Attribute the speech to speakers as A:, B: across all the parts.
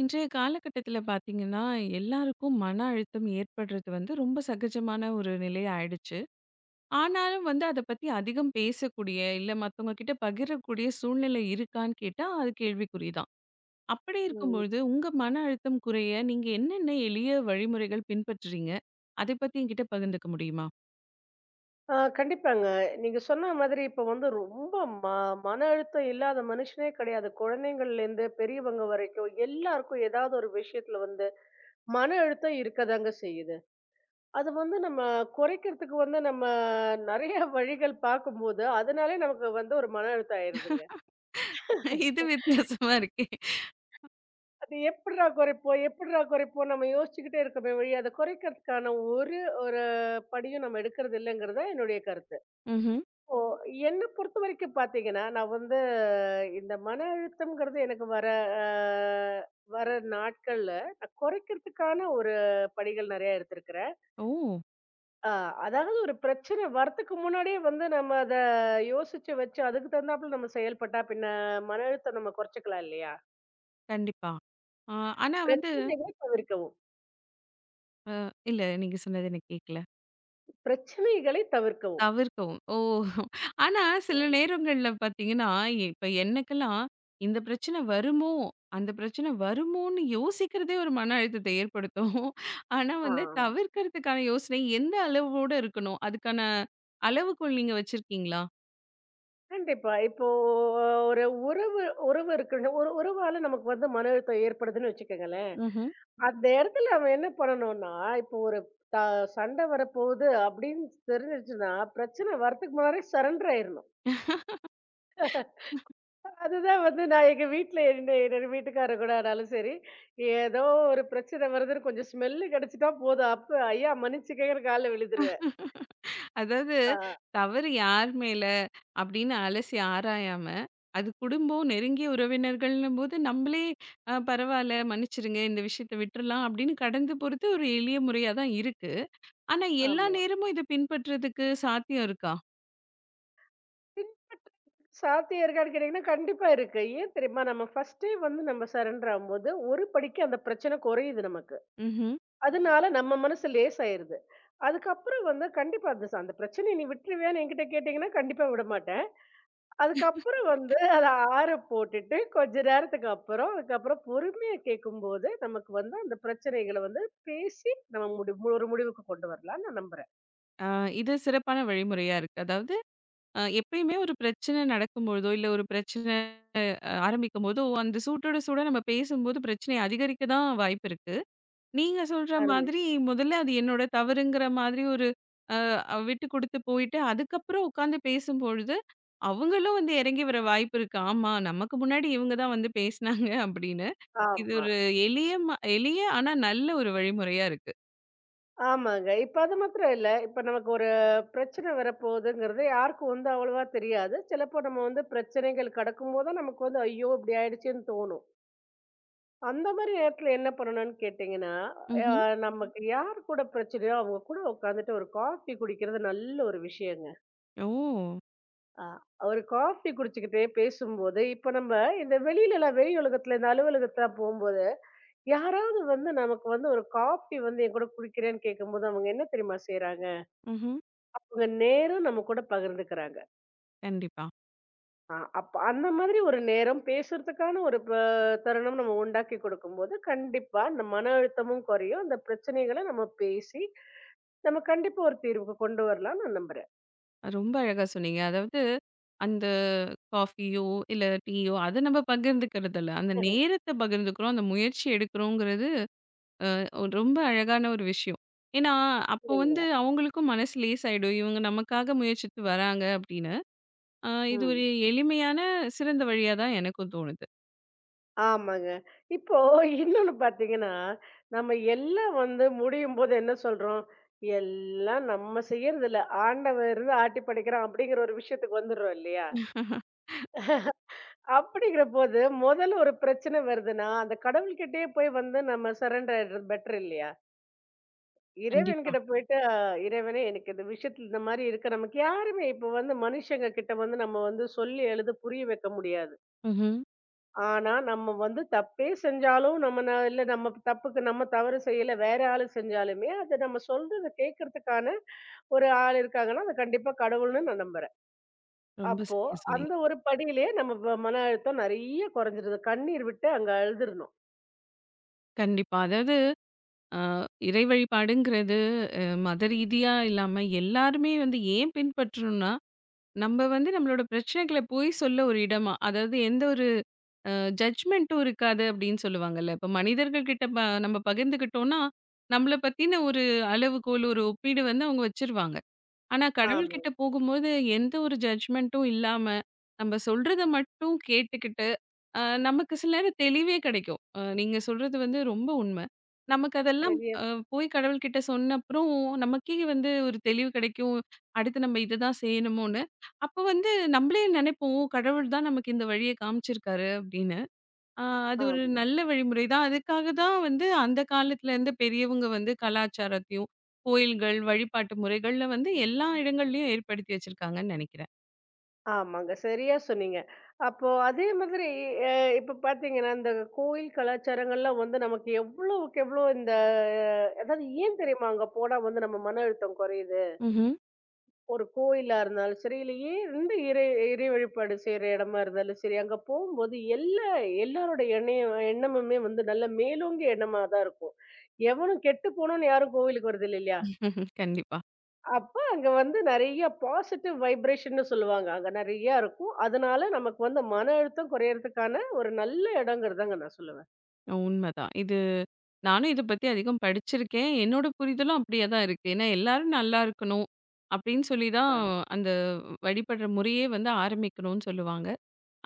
A: இன்றைய காலகட்டத்தில பார்த்தீங்கன்னா, எல்லாருக்கும் மன அழுத்தம் ஏற்படுறது வந்து ரொம்ப சகஜமான ஒரு நிலை ஆயிடுச்சு. ஆனாலும் வந்து அத பத்தி அதிகம் பேசக்கூடிய, இல்ல மத்தவங்க கிட்ட பகிரக்கூடிய சூழ்நிலை இருக்கான்னு கேட்டா, அது கேள்விக்குறி தான். அப்படி
B: ம்.
A: இருக்கும்பொழுது, உங்க மன அழுத்தம் குறைய நீங்க என்னென்ன எளிய வழிமுறைகள் பின்பற்றுறீங்க? அதை பத்தி என்கிட்ட பகிர்ந்துக்க முடியுமா?
B: ஆ கண்டிப்பாங்க. நீங்க சொன்ன மாதிரி இப்ப வந்து ரொம்ப ம மன அழுத்தம் இல்லாத மனுஷனே கிடையாது. குழந்தைங்கள்லேருந்து பெரியவங்க வரைக்கும் எல்லாருக்கும் ஏதாவது ஒரு விஷயத்துல வந்து மன அழுத்தம் இருக்கதாங்க செய்யுது. அது வந்து நம்ம குறைக்கிறதுக்கு வந்து நம்ம நெறைய வழிகள் பார்க்கும்போது, அதனாலே நமக்கு வந்து ஒரு மன அழுத்தம் ஆயிருதுங்க.
A: இது வித்தியாசமா இருக்கே!
B: அது எப்புட்றா குறைப்போம்? எப்புட்றா குறைப்போம்? நம்ம யோசிச்சுக்கிட்டே இருக்கோமே ஒழிய, அத குறைக்கிறதுக்கான ஒரு ஒரு படியும் நம்ம எடுக்கிறது இல்லைங்கிறது தான் என்னுடைய கருத்து.
A: ம்ஹ்ம்.
B: என்ன பொறுத்தவரைக்கும் பார்த்தீங்கன்னா, நான் வந்து இந்த மன அழுத்தம்ங்கிறது எனக்கு வர அ வர நாட்கள்ல நான் குறைக்கிறதுக்கான ஒரு படிகள் நெறைய எடுத்திருக்கிறேன்.
A: ஓ!
B: அ அதாவது ஒரு பிரச்சனை வரத்துக்கு முன்னாடியே வந்து நம்ம அத யோசிச்சு வச்சு அதுக்கு தகுந்தாப்புல நம்ம செயல்பட்டா பின்ன மன அழுத்தம் நம்ம குறைச்சுக்கலாம் இல்லையா?
A: கண்டிப்பா. ஆ ஆனா வந்து
B: பிரச்சனைகளை தவிர்க்கவும்.
A: அ இல்ல நீங்க சொன்னது எனக்கு கேட்கல.
B: பிரச்சனைகளை தவிர்க்கவும்.
A: தவிர்க்கவும். ஓ! ஆனா சில நேரங்கள்ல பார்த்தீங்கன்னா, இப்ப எனக்கெல்லாம் இந்த பிரச்சனை வருமோ? அந்த பிரச்சனை வருமோன்னு யோசிக்கிறதே ஒரு மன அழுத்தத்தை ஏற்படுத்தும். ஆனா
B: ஆ
A: வந்து தவிர்க்கிறதுக்கான யோசனை எந்த அளவோட இருக்கணும்? அதுக்கான அளவுக்குள் நீங்க வச்சிருக்கீங்களா?
B: கண்டிப்பா. இப்போ ஒரு உறவு உறவு இருக்குன்னு ஒரு உறவால நமக்கு வந்து மன அழுத்தம் ஏற்படுதுன்னு வச்சுக்கங்களேன்.
A: ம்ஹ்ம்.
B: அந்த இடத்துல அவன் என்ன பண்ணணும்னா, இப்போ ஒரு த சண்டை வரப்போகுது அப்படின்னு தெரிஞ்சிருச்சுன்னா, பிரச்சனை வரதுக்கு முன்னாடியே சரண்டர் ஆயிரணும். அதுதான் வந்து நான் எங்க வீட்ல என்னோட வீட்டுக்காரர் கூட ஆனாலும் சரி, ஏதோ ஒரு பிரச்சனை வருதுன்னு கொஞ்சம் ஸ்மெல்லு கிடைச்சிட்டா போதும். அப்ப ஐயா மன்னிச்சுக்கங்கன்னு கால்ல விழுந்துருவேன்.
A: அதாவது
B: ஆ
A: தவறு யார் மேல அப்படின்னு அலசி ஆராயாம, அது குடும்பம், நெருங்கிய உறவினர்கள்ன்னும்போது நம்மளே பரவால்ல மன்னிச்சிருங்க, இந்த விஷயத்த விட்டுறலாம் அப்படின்னு கடந்து போறது ஒரு எளிய முறையா தான் இருக்கு. ஆனா, எல்லா
B: ஆமா.
A: நேரமும் இத பின்பற்றதுக்கு சாத்தியம் இருக்கா?
B: பின்பற்றதுக்கு சாத்தியம் இருக்கான்னு கேட்டீங்கன்னா, கண்டிப்பா இருக்கு. ஏன் தெரியுமா? நம்ம ஃபர்ஸ்ட்டே வந்து நம்ம சரண்டர் ஆகும்போது, ஒரு படிக்கு அந்த பிரச்சனை குறையுது நமக்கு.
A: ம்ஹ்ம்.
B: அதனால நம்ம மனசு லேசாயிருது. அதுக்கப்புறம் வந்து கண்டிப்பா அந்த பிரச்சனைய நீ விட்டுருவியான்னு என்கிட்ட கேட்டீங்கன்னா, கண்டிப்பா விடமாட்டேன். அதுக்கப்புறம் வந்து அத ஆற போட்டுட்டு, கொஞ்ச நேரத்துக்கு அப்புறம், அதுக்கப்புறம் பொறுமையா கேட்கும்போது, நமக்கு வந்து அந்த பிரச்சனைகள வந்து பேசி நம்ம ஒரு முடிவுக்கு கொண்டு வரலாம்ன்னு நான் நம்புறேன்.
A: ஆ இது சிறப்பான வழிமுறையா இருக்கு. அதாவது எப்பயுமே ஒரு பிரச்சனை நடக்கும்பொழுதோ, இல்ல ஒரு பிரச்சனை ஆரம்பிக்கும்போதோ, அந்த சூட்டோட சூடா நம்ம பேசும்போது பிரச்சனை அதிகரிக்க தான் வாய்ப்பு இருக்கு. நீங்க சொல்ற
B: அருமை.
A: மாதிரி முதல்ல அது என்னோட தவறுங்கிற மாதிரி ஒரு விட்டு குடுத்து போயிட்டு, அதுக்கப்புறம் உட்காந்து பேசும்பொழுது, அவங்களும் வந்து இறங்கி வர வாய்ப்பு இருக்கு. ஆமா, நமக்கு முன்னாடி இவங்க தான் வந்து பேசினாங்க அப்படின்னு. இது
B: ஆமா.
A: ஒரு எளிய ஆனா நல்ல ஒரு வழிமுறையா இருக்கு.
B: ஆமாங்க. இப்ப அது மாத்திரம் இல்ல. இப்ப நமக்கு ஒரு பிரச்சனை வரப்போகுதுங்கிறது யாருக்கும் வந்து அவ்வளவா தெரியாது. சிலப்போ நம்ம வந்து பிரச்சனைகள் கடக்கும்போது தான் நமக்கு வந்து, ஐயோ! இப்படி ஆயிடுச்சேன்னு தோணும். அந்த மாரி நேரத்துல என்ன பண்ணணும்னு கேட்டீங்கன்னா, அ
A: ம்ஹ்ம்.
B: நமக்கு யார் கூட பிரச்சனையோ, அவங்க கூட உட்காந்துட்டு ஒரு காஃபி குடிக்கிறது நல்ல ஒரு விஷயங்க.
A: ஓ!
B: அ ஒரு காஃபி குடிச்சுக்கிட்டே பேசும்போது, இப்ப நம்ம இந்த வெளியிலலாம் வெளி உலகத்துல இந்த அலுவலகத்துலாம் போம்போது, யாராவது வந்து நமக்கு வந்து ஒரு காஃபி வந்து என் கூட குடிக்கிறேன்னு கேட்கும்போது, அவங்க என்ன தெரியுமா செய்றாங்க?
A: ம்ஹ்ம்.
B: அவங்க நேரம் நம்ம கூட பகிர்ந்துக்கிறாங்க.
A: கண்டிப்பா.
B: ஆ, அப்ப அந்த மாதிரி ஒரு நேரம் பேசுறதுக்கான ஒரு தருணம் நம்ம உண்டாக்கி கொடுக்கும்போது கண்டிப்பா அந்த மன அழுத்தமும் குறையும் அந்த பிரச்சனைகளை நம்ம பேசி நம்ம கண்டிப்பா ஒரு தீர்வுக்கு கொண்டு வரலாம் நான் நம்புறேன்.
A: அது ரொம்ப அழகா சொன்னீங்க. அதாவது, அந்த காஃபியோ, இல்ல டீயோ அத நம்ம பகிர்ந்துக்கிறதில்ல. அந்த நேரத்த பகிர்ந்துக்கிறோம். அந்த முயற்சி எடுக்கிறோங்கிறது ஒரு ரொம்ப அழகான ஒரு விஷயம். ஏன்னா, அப்போ வந்து
B: சரிங்களா?
A: அவங்களுக்கும் மனசு லேசாயிடும். இவங்க நமக்காக முயற்சித்து வராங்க அப்படின்னு. இது
B: ம்.
A: ஒரு எளிமையான, சிறந்த வழியா தான் எனக்கும் தோணுது.
B: ஆமாங்க. இப்போ இன்னொன்னு பாத்தீங்கன்னா நம்ம எல்லாம் வந்து முடியும் போது என்ன சொல்றோம்? எல்லாம் நம்ம செய்யறது இல்ல. ஆண்டவர் இருந்து ஆட்டி படைக்கிறான் அப்படிங்கிற ஒரு விஷயத்துக்கு வந்துடுறோம் இல்லையா? அப்படிங்கிற போது, முதல்ல ஒரு பிரச்சனை வருதுன்னா, அந்த கடவுள்கிட்டயே போய் வந்து நம்ம சரண்டர் ஆயிடுறது பெட்டர் இல்லையா?
A: கண்டிப்பா.
B: இறைவன்கிட்ட போயிட்டு, இறைவனே எனக்கு இந்த விஷயத்துல இந்த மாரி இருக்கு." நமக்கு யாருமே இப்ப வந்து மனுஷங்க கிட்ட வந்து நம்ம வந்து சொல்லி எழுத புரிய வைக்க முடியாது.
A: ம்ஹ்ம்.
B: ஆனா, நம்ம வந்து தப்பே செஞ்சாலும், நம்ம இல்ல நம்ம தப்புக்கு நம்ம தவறு செய்யல, வேற ஆளு செஞ்சாலுமே, அத நம்ம சொல்றத கேட்கறதுக்கான ஒரு ஆள் இருக்காங்கன்னா, அது கண்டிப்பா கடவுள்ன்னு நான் நம்புறேன்.
A: ரொம்ப
B: அப்போ,
A: சரியா சொன்னீங்க.
B: அந்த ஒரு படியிலேயே நம்ம மன அழுத்தம் நெறைய குறைஞ்சிருது. கண்ணீர் விட்டு அங்க அழுதுறணும்.
A: கண்டிப்பா. அதாவது, அ இறை வழிபாடுங்கிறது மத ரீதியா இல்லாம எல்லாருமே வந்து ஏன் பின்பற்றணும்னா, நம்ம வந்து நம்மளோட பிரச்சனைகள போய் சொல்ல ஒரு இடமா, அதாவது எந்த ஒரு அ ஜட்ஜ்மென்ட்டும் இருக்காது அப்படின்னு சொல்லுவாங்கல்ல. இப்ப மனிதர்கள் கிட்ட நம்ம பகிர்ந்துக்கிட்டோம்னா, நம்மள பத்தின ஒரு அளவுகோல், ஒரு ஒப்பீடு வந்து அவங்க வச்சுருவாங்க. ஆனா
B: ஆமா.
A: கடவுள்கிட்ட போகும்போது எந்த ஒரு ஜட்ஜ்மெண்ட்டும் இல்லாம, நம்ம சொல்றத மட்டும் கேட்டுக்கிட்டு, அ நமக்கு சில நேரம் தெளிவே கிடைக்கும். நீங்க சொல்றது வந்து ரொம்ப உண்ம. நமக்கு அதெல்லாம்
B: சரியா.
A: அ போய் கடவுள்கிட்ட சொன்ன அப்புறம் நமக்கே வந்து ஒரு தெளிவு கிடைக்கும். அடுத்து நம்ம இதுதான் செய்யணுமோன்னு. அப்ப வந்து நம்மளே நினைப்போம், "ஓ, "கடவுள் தான் நமக்கு இந்த வழிய காமிச்சிருக்காரு" அப்படின்னு. ஆ அது ஒரு
B: ஆமா.
A: நல்ல வழிமுறை தான். அதுக்காக தான் வந்து அந்த காலத்துல இருந்து பெரியவங்க வந்து கலாச்சாரத்தையும், கோயில்கள், வழிபாட்டு முறைகள்ல வந்து எல்லா இடங்கள்லயும் ஏற்படுத்தி வச்சிருக்காங்கன்னு நெனைக்கிறேன்.
B: ஆமாங்க. சரியா சொன்னீங்க. அப்போ அதே மாதிரி அ இப்ப பார்த்தீங்கன்னா, இந்த கோயில் கலாச்சாரங்கள்லாம் வந்து நமக்கு எவ்வளவுக்கு எவ்வளோ இந்த அதாவது ஏன் தெரியுமா அங்க போனா வந்து நம்ம மன அழுத்தம் குறையுது?
A: ம்ஹ்ம்.
B: ஒரு கோயிலா இருந்தாலும் சரி, இல்ல எந்த இறை இறை வழிபாடு செய்ற இடமா இருந்தாலும் சரி, அங்க போம்போது எல்லாரோட எண்ணெயும் எண்ணமுமே வந்து நல்ல மேலோங்கிய எண்ணமா தான் இருக்கும். எவனும் கெட்டு போணும்னு யாரும் கோவிலுக்கு வரதில்ல இல்லையா?
A: கண்டிப்பா.
B: அப்ப அங்க வந்து நெறைய பாசிட்டிவ் வைப்ரேஷன்னு சொல்லுவாங்க. அங்க நெறையா இருக்கும். அதனால நமக்கு வந்து மன அழுத்தம் குறையறதுக்கான ஒரு நல்ல இடங்கிறதாங்க நான் சொல்லுவேன்.
A: உண்மதான். இது நானும் இத பத்தி அதிகம் படிச்சிருக்கேன். என்னோட புரிதலும் அப்படியே தான் இருக்கு. ஏன்னா எல்லாரும் நல்லா இருக்கணும் அப்படின்னு சொல்லி தான்
B: ஆ
A: அந்த வழிபடுற முறையே வந்து ஆரம்பிக்கணும்னு சொல்லுவாங்க.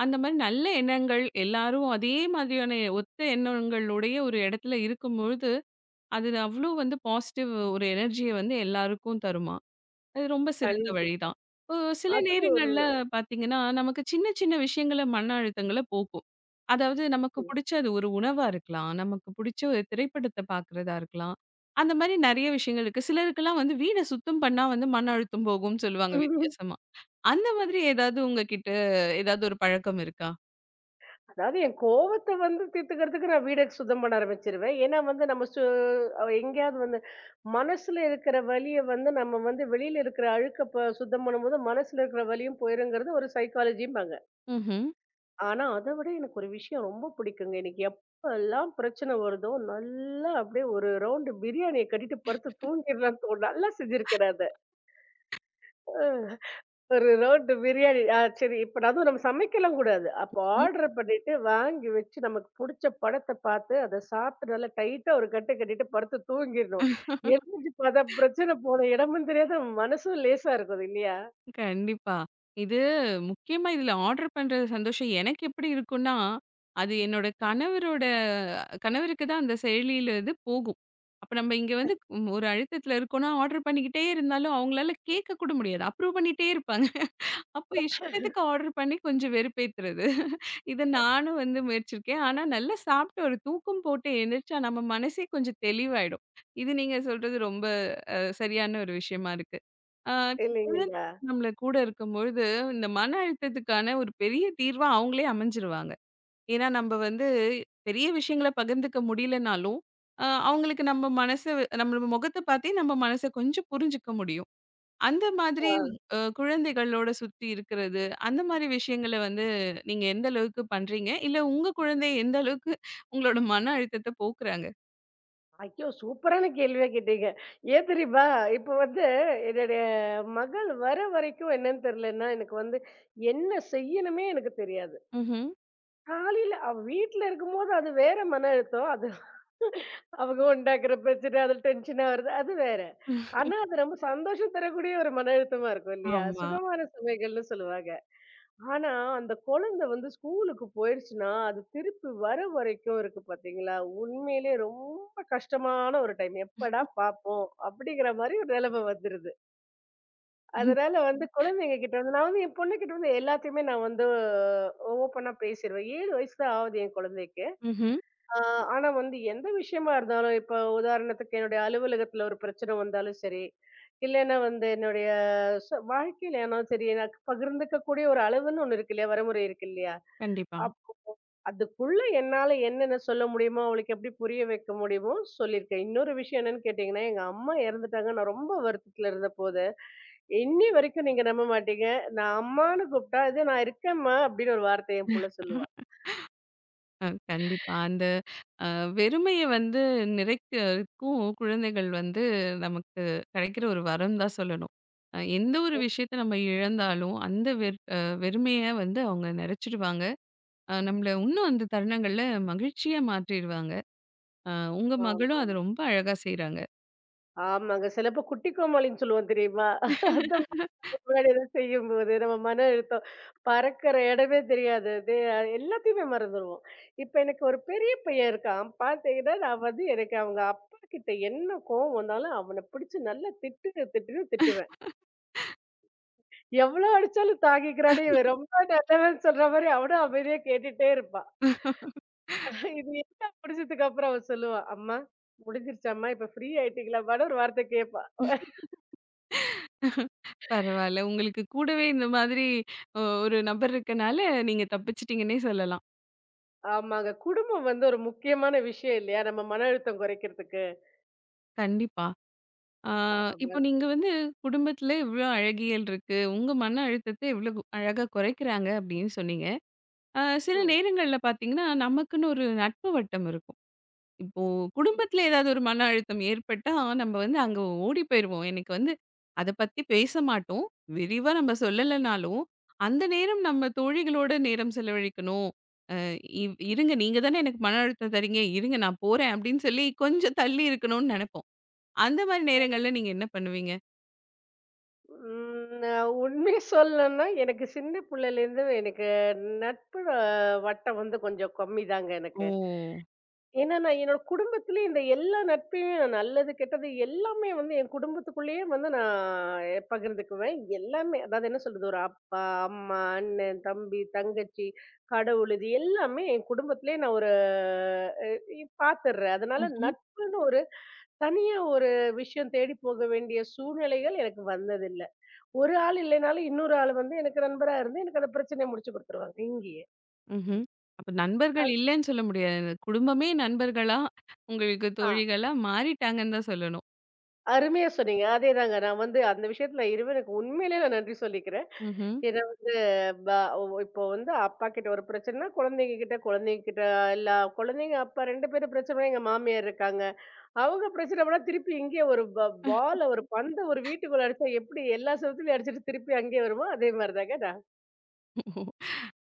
A: அந்த மாரி நல்ல எண்ணங்கள் எல்லாரும் அதே மாதிரியான ஒத்த எண்ணங்களுடைய ஒரு இடத்துல இருக்கும்பொழுது அது அவ்ளோ வந்து பாசிட்டிவ் ஒரு எனர்ஜிய வந்து எல்லாருக்கும் தருமாம். அது ரொம்ப சிறந்த
B: கண்டிப்பா.
A: வழிதான். இப்போ சில
B: அதுவும்
A: நேரங்கள்ல பார்த்தீங்கன்னா, நமக்கு சின்ன சின்ன விஷயங்கள்ல மன அழுத்தங்கள போக்கும். அதாவது நமக்கு புடிச்ச அது ஒரு உணவா இருக்கலாம். நமக்கு புடிச்ச ஒரு திரைப்படத்த பார்க்குறதா இருக்கலாம். அந்த மாரி நெறைய விஷயங்கள் இருக்கு. சிலருக்கெல்லாம் வந்து வீட சுத்தம் பண்ணா வந்து மன அழுத்தம் போகும்னு சொல்லுவாங்க வித்தியாசமா. அந்த மாதிரி ஏதாவது உங்ககிட்ட ஏதாவது ஒரு பழக்கம் இருக்கா?
B: அதாவது என் கோவத்த வந்து தீர்த்துக்கிறதுக்கு நான் வீட சுத்தம் பண்ண ஆரம்பிச்சுருவேன். ஏன்னா வந்து நம்ம சு அ எங்கேயாவது வந்து மனசுல இருக்கிற வலிய வந்து நம்ம வந்து வெளியில இருக்கிற அழுக்க சுத்தம் பண்ணும்போது மனசுல இருக்கிற வலியும் போயிருங்கிறது ஒரு சைக்காலஜிம்பாங்க.
A: ம்ஹ்ம்.
B: ஆனா அத விட எனக்கு ஒரு விஷயம் ரொம்ப பிடிக்குங்க. எனக்கு எப்பல்லாம் பிரச்சனை வருதோ, நல்லா அப்படியே ஒரு ரவுண்டு பிரியாணிய கட்டிட்டு படுத்து தூங்கிடலான்னு தோணும். நல்லா செஞ்சிருக்கேன் நான் அத. அ. ஒரு ரோட்டு பிரியாணி. ஆ சரி. இப்ப அதுவும் நம்ம சமைக்கலாம் கூடாது. அப்போ ஆர்டர் பண்ணிட்டு வாங்கி வச்சு நமக்கு புடிச்ச படத்த பார்த்து, அத சாப்பிட்டு நல்லா டைட்டா ஒரு கட்டு கட்டிட்டு படுத்து தூங்கிரணும். எழுந்திரிச்சு பார்த்தா பிரச்சனை போன இடமும் தெரியாது, மனசும் லேசா இருக்கும் இல்லையா?
A: கண்டிப்பா. இது முக்கியமா இதுல ஆர்டர் பண்ற சந்தோஷம் எனக்கு எப்படி இருக்கும்னா, அது என்னோட கணவருக்கு தான் அந்த செயலியில இது போகும். அப்ப நம்ம இங்க வந்து ஒரு அழுத்தத்துல இருக்கோம்னா, ஆர்டர் பண்ணிக்கிட்டே இருந்தாலும் அவங்களால கேட்க கூட முடியாது. அப்ரூவ் பண்ணிட்டே இருப்பாங்க. அப்போ இஷ்டத்துக்கு ஆர்டர் பண்ணி கொஞ்சம் வெறுப்பேத்துறது. இத நானும் வந்து முயற்சிருக்கேன். ஆனா நல்லா சாப்பிட்டு ஒரு தூக்கம் போட்டு எந்திரிச்சா நம்ம மனசே கொஞ்சம் தெளிவாயிடும். இது நீங்க சொல்றது ரொம்ப சரியான ஒரு விஷயமா இருக்கு. இப்ப குழந்தை
B: இல்லைங்களா?
A: நம்மள கூட இருக்கும்பொழுது, இந்த மன அழுத்தத்துக்கான ஒரு பெரிய தீர்வா அவங்களே அமைஞ்சிருவாங்க. ஏன்னா நம்ம வந்து பெரிய விஷயங்கள பகிர்ந்துக்க முடியலனாலும், அவங்களுக்கு நம்ம முகத்த பார்த்தே நம்ம மனச கொஞ்சம் புரிஞ்சுக்க முடியும். அந்த மாதிரி
B: ஆ.
A: குழந்தைகளோட சுத்தி இருக்கிறது, அந்த மாரி விஷயங்கள வந்து நீங்க எந்த அளவுக்கு பண்றீங்க? இல்ல உங்க குழந்தை எந்த அளவுக்கு உங்களோட மன அழுத்தத்த போக்குறாங்க?
B: ஐயோ! சூப்பரான கேள்வியா கேட்டீங்க. ஏன் தெரியுமா? இப்ப வந்து என்னுடைய மகள் வர வரைக்கும் என்னன்னு தெரியலன்னா, எனக்கு வந்து என்ன செய்யணுமே எனக்கு தெரியாது.
A: ம்ஹ்ம்.
B: காலையில அவ வீட்ல இருக்கும்போது அது வேற மன அழுத்தம். அது அவங்க உண்டாக்குற பிரச்சனை, அதுல டென்ஷனா வருது. அது வேற. ஆனா, அது ரொம்ப சந்தோஷம் தரக்கூடிய ஒரு மன அழுத்தமா இருக்கும் இல்லையா?
A: ஆமா.
B: சுகமான சுமைகள்னு சொல்லுவாங்க. ஆனா, அந்த குழந்தை வந்து ஸ்கூலுக்கு போயிருச்சுன்னா, அது திருப்பி வர வரைக்கும் இருக்கு பாத்தீங்களா? உண்மையிலேயே ரொம்ப கஷ்டமான ஒரு டைம். எப்படா பாப்போம்? அப்படிங்கிற மாரி ஒரு நிலைமை வந்துருது. அதனால வந்து குழந்தைங்க கிட்ட வந்து நான் வந்து என் பொண்ணுகிட்ட வந்து எல்லாத்தையுமே நான் வந்து ஓப்பனா பேசிருவேன். 7 வயசு தான் ஆகுது என் குழந்தைக்கு.
A: ம்ஹ்ம்.
B: ஆ, ஆனா வந்து எந்த விஷயமா இருந்தாலும், இப்போ உதாரணத்துக்கு என்னுடைய அலுவலகத்துல ஒரு பிரச்சனை வந்தாலும் சரி, இல்லன்னா வந்து என்னுடைய வாழ்க்கையிலனாலும் சரி, எனக்கு பகிர்ந்துக்கக்கூடிய ஒரு அளவுன்னு ஒண்ணு இருக்கு இல்லையா? வரைமுறை இருக்கு இல்லையா?
A: கண்டிப்பா.
B: அப் அதுக்குள்ள என்னால என்னென்ன சொல்ல முடியுமோ, அவளுக்கு எப்படி புரிய வைக்க முடியுமோ சொல்லியிருக்கேன். இன்னொரு விஷயம் என்னன்னு கேட்டீங்கன்னா, எங்க அம்மா இறந்துட்டாங்க. நான் ரொம்ப வருத்தத்துல இருந்தபோது, இன்னி வரைக்கும் நீங்க நம்ப மாட்டீங்க. நான் அம்மான்னு கூப்பிட்டா, "இது நான் இருக்கேன்ம்மா" அப்படின்னு ஒரு வார்த்தை என் புள்ள சொல்லுவா.
A: கண்டிப்பா. அந்த அ வெறுமைய வந்து நிறைக்கறக்கும் குழந்தைகள் வந்து நமக்கு கிடைக்கிற ஒரு வரம் தான் சொல்லணும். எந்த ஒரு விஷயத்த நம்ம இழந்தாலும், அந்த வெற் அ வெறுமைய வந்து அவங்க நிறைச்சிடுவாங்க. நம்மள இன்னும் அந்த தருணங்கள்ல மகிழ்ச்சியா மாற்றிருவாங்க. அ உங்க
B: ஆமா.
A: மகளும் அத ரொம்ப அழகா செய்றாங்க.
B: ஆமாங்க. சிலப்ப குட்டி கோமாளின்னு சொல்லுவோம் தெரியுமா? அதான் முன்னாடி எதா செய்யும்போது நம்ம மன அழுத்தம் பறக்கிற இடமே தெரியாது. அது எல்லாத்தையுமே மறந்துருவோம். இப்ப எனக்கு ஒரு பெரிய பையன் இருக்கான். பார்த்தீங்கன்னா, நான் வந்து எனக்கு அவங்க அப்பா கிட்ட என்ன கோவம் வந்தாலும் அவன பிடிச்சு நல்லா திட்டு, திட்டுன்னு திட்டுவேன். எவ்வளோ அடிச்சாலும் தாங்கிக்கிறானே இவன் ரொம்ப நல்லவன்னு சொல்ற மாரி அவனும் அமைதியா கேட்டுட்டே இருப்பான். இது என்ன முடிஞ்சதுக்கு அப்புறம் அவன் சொல்லுவான், "அம்மா முடிஞ்சிருச்சாம்மா? இப்ப ஃப்ரீ ஆயிட்டீங்களாம்மான்னு?" ஒரு வார்த்தை கேட்பான்.
A: பரவால்ல. உங்களுக்கு கூடவே இந்த மாதிரி அ ஒரு நபர் இருக்கனால, நீங்க தப்பிச்சிட்டீங்கன்னே சொல்லலாம்.
B: ஆமாங்க. குடும்பம் வந்து ஒரு முக்கியமான விஷயம் இல்லையா? நம்ம மன அழுத்தம் குறைக்கிறதுக்கு.
A: கண்டிப்பா. ஆ,
B: ஆமா.
A: இப்போ நீங்க வந்து குடும்பத்தில இவ்ளோ அழகியல் இருக்கு. உங்க மன அழுத்தத்த எவ்ளோ அழகா குறைக்கிறாங்க அப்படின்னு சொன்னீங்க. சில
B: ம்.
A: நேரங்கள்ல பார்த்தீங்கன்னா, நமக்குன்னு ஒரு நட்பு வட்டம் இருக்கும். இப்போ
B: ம்.
A: குடும்பத்தில ஏதாவது ஒரு மன அழுத்தம் ஏற்பட்டா, நம்ம வந்து அங்க ஓடி போயிருவோம். எனக்கு வந்து அத பத்தி பேச மாட்டோம். விரிவா நம்ம சொல்லலைனாலும், அந்த நேரம் நம்ம தோழிகளோட நேரம் செலவழிக்கணும். அ இவ் இருங்க நீங்க தானே எனக்கு மன அழுத்தம் தரீங்க. இருங்க நான் போறேன் அப்படின்னு சொல்லி கொஞ்சம் தள்ளி இருக்கணும்னு நெனைப்போம். அந்த மாரி நேரங்கள்ல நீங்க என்ன பண்ணுவீங்க?
B: அ உண்மைய சொல்லணும்னா, எனக்கு சின்ன புள்ளையிலேருந்து எனக்கு நட்பு வட்டம் வந்து கொஞ்சம் கம்மிதாங்க
A: ஓ!
B: எனக்கு. ஏன்னா, நான் என்னோட குடும்பத்திலேயே இந்த எல்லா நட்பையும் நான் நல்லது, கெட்டது எல்லாமே வந்து என் குடும்பத்துக்குள்ளேயே வந்து நான் பகிர்ந்துக்குவேன். எல்லாமே. அதாவது என்ன சொல்றது, ஒரு அப்பா, அம்மா, அண்ணன், தம்பி, தங்கச்சி, கடவுள் இது எல்லாமே என் குடும்பத்திலேயே நான் ஒரு அ பாத்துர்றேன். அதனால
A: ம்ஹ்ம்.
B: நட்புன்னு ஒரு தனியா ஒரு விஷயம் தேடி போக வேண்டிய சூழ்நிலைகள் எனக்கு வந்ததில்ல. ஒரு ஆள் இல்லைனாலும் இன்னொரு ஆள் வந்து எனக்கு நண்பரா இருந்து எனக்கு அந்த பிரச்சனைய முடிச்சு குடுத்துருவாங்க இங்கேயே.
A: ம்ஹ்ம். அப்ப நண்பர்கள் இல்லன்னு சொல்ல முடியாது. குடும்பமே நண்பர்களா, உங்களுக்கு தோழிகளா மாறிட்டாங்கன்னு தான் சொல்லணும்.
B: அருமையா சொன்னீங்க. அதேதாங்க. நான் வந்து அந்த விஷயத்துல இறைவனுக்கு உண்மையிலேயே நான் நன்றி சொல்லிக்கிறேன்.
A: ம்ஹ்ம்.
B: ஏன்னா வந்து ப ஒ இப்போ வந்து அப்பா கிட்ட ஒரு பிரச்சனைன்னா, குழந்தைங்க கிட்ட எல்லா குழந்தைங்க அப்பா 2 பேரும் பிரச்சனை எங்க மாமியார் இருக்காங்க. அவங்க பிரச்சனை கூட திருப்பி இங்கேயே ஒரு ப பால ஒரு பந்த ஒரு வீட்டுக்குள்ள அடிச்சா எப்படி எல்லா செவுத்துலயும் அடிச்சுட்டு திருப்பி அங்கேயே வருமோ, அதே மாரி தாங்க நான்.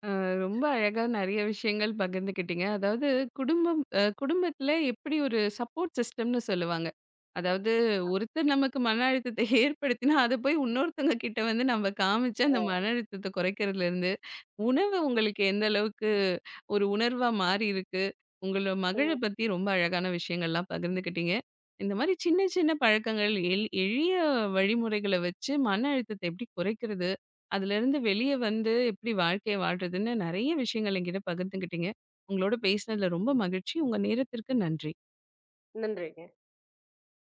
A: அ ரொம்ப அழகா நெறைய விஷயங்கள் பகிர்ந்துக்கிட்டீங்க. அதாவது குடும்பம் அ குடும்பத்தில எப்படி ஒரு சப்போர்ட் சிஸ்டம்னு சொல்லுவாங்க. அதாவது ஒருத்தர் நமக்கு மன அழுத்தத்த ஏற்படுத்தினா, அத போய் இன்னொருத்தவங்க கிட்ட வந்து நம்ம காமிச்சு அந்த மன அழுத்தத்த குறைக்கிறதுலருந்து உணவு உங்களுக்கு எந்த அளவுக்கு ஒரு உணர்வா மாறியிருக்கு? உங்கள மகள
B: ம்.
A: பத்தி ரொம்ப அழகான விஷயங்கள்லாம் பகிர்ந்துக்கிட்டீங்க. இந்த மாரி சின்ன சின்ன பழக்கங்கள் எளிய வழிமுறைகள வச்சு மன அழுத்தத்த எப்படி குறைக்கிறது? அதுலருந்து வெளிய வந்து எப்படி வாழ்க்கைய வாழ்றதுன்னு நெறைய விஷயங்கள் என்கிட்ட பகிர்ந்துக்கிட்டீங்க. உங்களோட பேசினதுல ரொம்ப மகிழ்ச்சி. உங்க நேரத்திற்கு நன்றி.
B: நன்றிங்க.